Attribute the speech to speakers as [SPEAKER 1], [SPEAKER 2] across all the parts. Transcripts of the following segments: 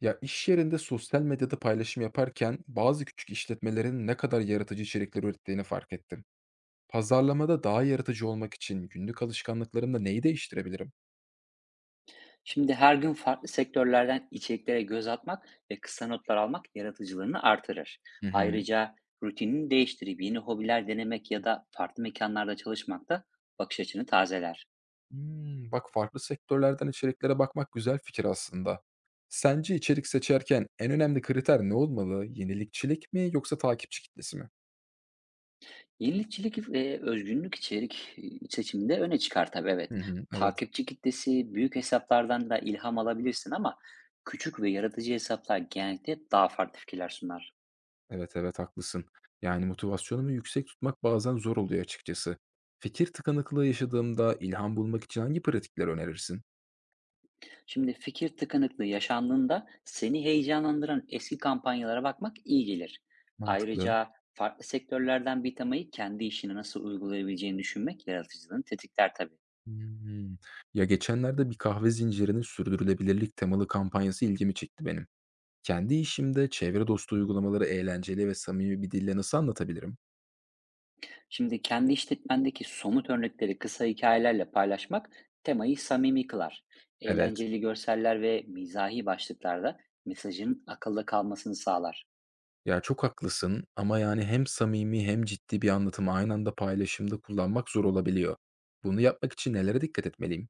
[SPEAKER 1] Ya iş yerinde sosyal medyada paylaşım yaparken bazı küçük işletmelerin ne kadar yaratıcı içerikler ürettiğini fark ettim. Pazarlamada daha yaratıcı olmak için günlük alışkanlıklarımda neyi değiştirebilirim?
[SPEAKER 2] Şimdi her gün farklı sektörlerden içeriklere göz atmak ve kısa notlar almak yaratıcılığını artırır.
[SPEAKER 1] Hı hı.
[SPEAKER 2] Ayrıca rutinini değiştirip yeni hobiler denemek ya da farklı mekanlarda çalışmak da bakış açını tazeler.
[SPEAKER 1] Hmm, bak farklı sektörlerden içeriklere bakmak güzel fikir aslında. Sence içerik seçerken en önemli kriter ne olmalı? Yenilikçilik mi yoksa takipçi kitlesi mi?
[SPEAKER 2] Yenilikçilik ve özgünlük seçiminde öne çıkar tabii evet.
[SPEAKER 1] Hı hı, evet.
[SPEAKER 2] Takipçi kitlesi büyük hesaplardan da ilham alabilirsin ama küçük ve yaratıcı hesaplar genellikle daha farklı fikirler sunar.
[SPEAKER 1] Evet, evet, haklısın. Yani motivasyonumu yüksek tutmak bazen zor oluyor açıkçası. Fikir tıkanıklığı yaşadığımda ilham bulmak için hangi pratikler önerirsin?
[SPEAKER 2] Şimdi fikir tıkanıklığı yaşandığında seni heyecanlandıran eski kampanyalara bakmak iyi gelir.
[SPEAKER 1] Mantıklı.
[SPEAKER 2] Ayrıca farklı sektörlerden bir temayı kendi işine nasıl uygulayabileceğini düşünmek yaratıcılığını tetikler tabii.
[SPEAKER 1] Hmm. Ya geçenlerde bir kahve zincirinin sürdürülebilirlik temalı kampanyası ilgimi çekti benim. Kendi işimde çevre dostu uygulamaları eğlenceli ve samimi bir dille nasıl anlatabilirim?
[SPEAKER 2] Şimdi kendi işletmendeki somut örnekleri kısa hikayelerle paylaşmak temayı samimi kılar.
[SPEAKER 1] Evet.
[SPEAKER 2] Eğlenceli görseller ve mizahi başlıklarda mesajın akılda kalmasını sağlar.
[SPEAKER 1] Ya çok haklısın ama yani hem samimi hem ciddi bir anlatımı aynı anda paylaşımda kullanmak zor olabiliyor. Bunu yapmak için nelere dikkat etmeliyim?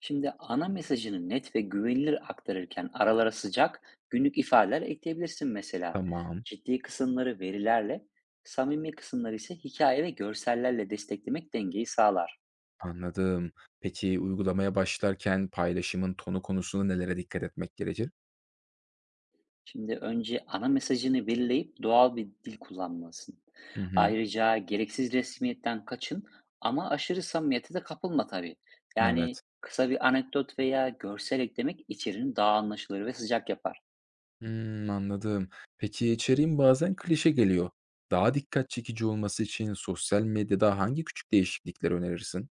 [SPEAKER 2] Şimdi ana mesajını net ve güvenilir aktarırken aralara sıcak günlük ifadeler ekleyebilirsin mesela.
[SPEAKER 1] Tamam.
[SPEAKER 2] Ciddi kısımları verilerle, samimi kısımları ise hikaye ve görsellerle desteklemek dengeyi sağlar.
[SPEAKER 1] Anladım. Peki uygulamaya başlarken paylaşımın tonu konusunda nelere dikkat etmek gerekir?
[SPEAKER 2] Şimdi önce ana mesajını belirleyip doğal bir dil kullanmalısın.
[SPEAKER 1] Hı hı.
[SPEAKER 2] Ayrıca gereksiz resmiyetten kaçın ama aşırı samimiyete de kapılma tabii. Yani
[SPEAKER 1] Evet.
[SPEAKER 2] kısa bir anekdot veya görsel eklemek içeriğini daha anlaşılır ve sıcak yapar.
[SPEAKER 1] Hımm, anladım. Peki içeriğin bazen klişe geliyor. Daha dikkat çekici olması için sosyal medyada hangi küçük değişiklikleri önerirsin?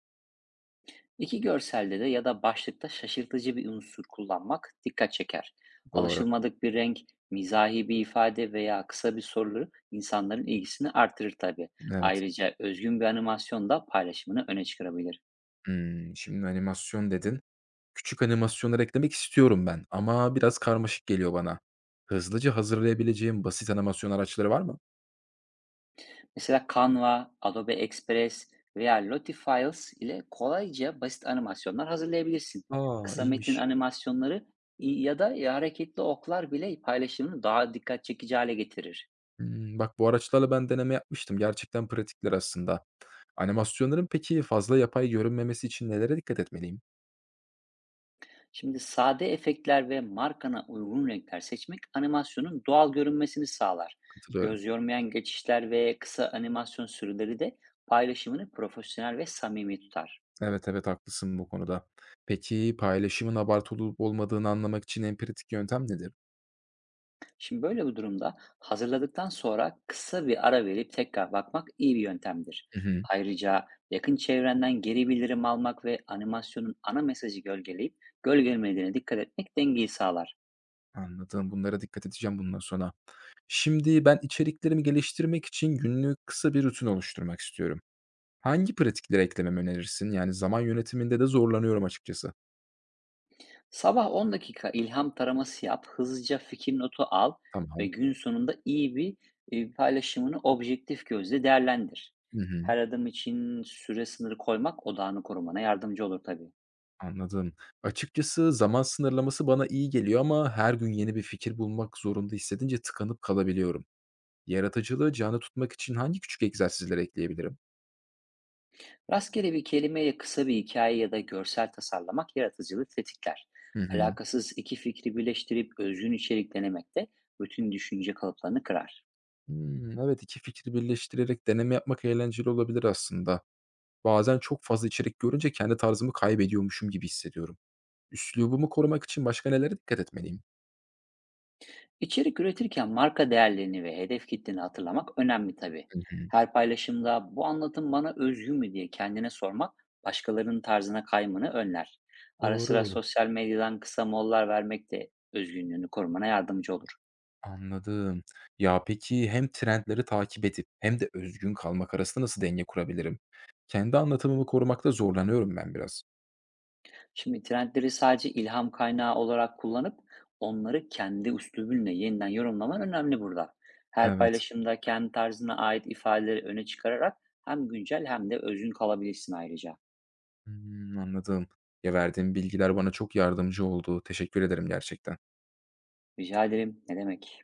[SPEAKER 2] İki görselde de ya da başlıkta şaşırtıcı bir unsur kullanmak dikkat çeker.
[SPEAKER 1] Doğru.
[SPEAKER 2] Alışılmadık bir renk, mizahi bir ifade veya kısa bir soru insanların ilgisini artırır tabii.
[SPEAKER 1] Evet.
[SPEAKER 2] Ayrıca özgün bir animasyon da paylaşımını öne çıkarabilir.
[SPEAKER 1] Hımm, şimdi animasyon dedin. Küçük animasyonlar eklemek istiyorum ben ama biraz karmaşık geliyor bana. Hızlıca hazırlayabileceğim basit animasyon araçları var mı?
[SPEAKER 2] Mesela Canva, Adobe Express veya Lotifiles ile kolayca basit animasyonlar hazırlayabilirsin.
[SPEAKER 1] Aa,
[SPEAKER 2] Kısa metin
[SPEAKER 1] İyiymiş.
[SPEAKER 2] animasyonları ya da hareketli oklar bile paylaşımını daha dikkat çekici hale getirir.
[SPEAKER 1] Hımm. Bak, bu araçlarla ben deneme yapmıştım. Gerçekten pratikler aslında. Animasyonların peki fazla yapay görünmemesi için nelere dikkat etmeliyim?
[SPEAKER 2] Şimdi sade efektler ve markana uygun renkler seçmek animasyonun doğal görünmesini sağlar.
[SPEAKER 1] Katılıyorum.
[SPEAKER 2] Göz yormayan geçişler ve kısa animasyon sürüleri de paylaşımını profesyonel ve samimi tutar.
[SPEAKER 1] Evet, evet, haklısın bu konuda. Peki paylaşımın abartılı olup olmadığını anlamak için en pratik yöntem nedir?
[SPEAKER 2] Şimdi böyle bir durumda hazırladıktan sonra kısa bir ara verip tekrar bakmak iyi bir yöntemdir.
[SPEAKER 1] Hı hı.
[SPEAKER 2] Ayrıca yakın çevrenden geri bildirim almak ve animasyonun ana mesajı gölgeleyip gölgelemediğine dikkat etmek dengeyi sağlar.
[SPEAKER 1] Anladım. Bunlara dikkat edeceğim bundan sonra. Şimdi ben içeriklerimi geliştirmek için günlük kısa bir rutin oluşturmak istiyorum. Hangi pratikleri eklememi önerirsin? Yani zaman yönetiminde de zorlanıyorum açıkçası.
[SPEAKER 2] Sabah 10 dakika ilham taraması yap, hızlıca fikir notu al
[SPEAKER 1] Tamam.
[SPEAKER 2] ve gün sonunda iyi bir paylaşımını objektif gözle değerlendir.
[SPEAKER 1] Hı hı.
[SPEAKER 2] Her adım için süre sınırı koymak odağını korumana yardımcı olur tabii.
[SPEAKER 1] Anladım. Açıkçası zaman sınırlaması bana iyi geliyor ama her gün yeni bir fikir bulmak zorunda hissedince tıkanıp kalabiliyorum. Yaratıcılığı canlı tutmak için hangi küçük egzersizler ekleyebilirim?
[SPEAKER 2] Rastgele bir kelimeyle kısa bir hikaye ya da görsel tasarlamak yaratıcılığı tetikler.
[SPEAKER 1] Hı hı.
[SPEAKER 2] Alakasız iki fikri birleştirip özgün içerik denemek de bütün düşünce kalıplarını kırar.
[SPEAKER 1] Hmm, evet, iki fikri birleştirerek deneme yapmak eğlenceli olabilir aslında. Bazen çok fazla içerik görünce kendi tarzımı kaybediyormuşum gibi hissediyorum. Üslubumu korumak için başka nelere dikkat etmeliyim?
[SPEAKER 2] İçerik üretirken marka değerlerini ve hedef kitleni hatırlamak önemli tabii.
[SPEAKER 1] Hı hı.
[SPEAKER 2] Her paylaşımda bu anlatım bana özgü mü diye kendine sormak başkalarının tarzına kaymanı önler. Ara sıra
[SPEAKER 1] Doğru.
[SPEAKER 2] sosyal medyadan kısa mollar vermek de özgünlüğünü korumana yardımcı olur.
[SPEAKER 1] Anladım. Ya, peki hem trendleri takip edip hem de özgün kalmak arasında nasıl denge kurabilirim? Kendi anlatımımı korumakta zorlanıyorum ben biraz.
[SPEAKER 2] Şimdi trendleri sadece ilham kaynağı olarak kullanıp onları kendi üslubunla yeniden yorumlaman önemli burada. Her
[SPEAKER 1] Evet.
[SPEAKER 2] paylaşımda kendi tarzına ait ifadeleri öne çıkararak hem güncel hem de özgün kalabilirsin ayrıca.
[SPEAKER 1] Hımm, anladım. Ya, verdiğin bilgiler bana çok yardımcı oldu. Teşekkür ederim gerçekten.
[SPEAKER 2] Rica ederim. Ne demek?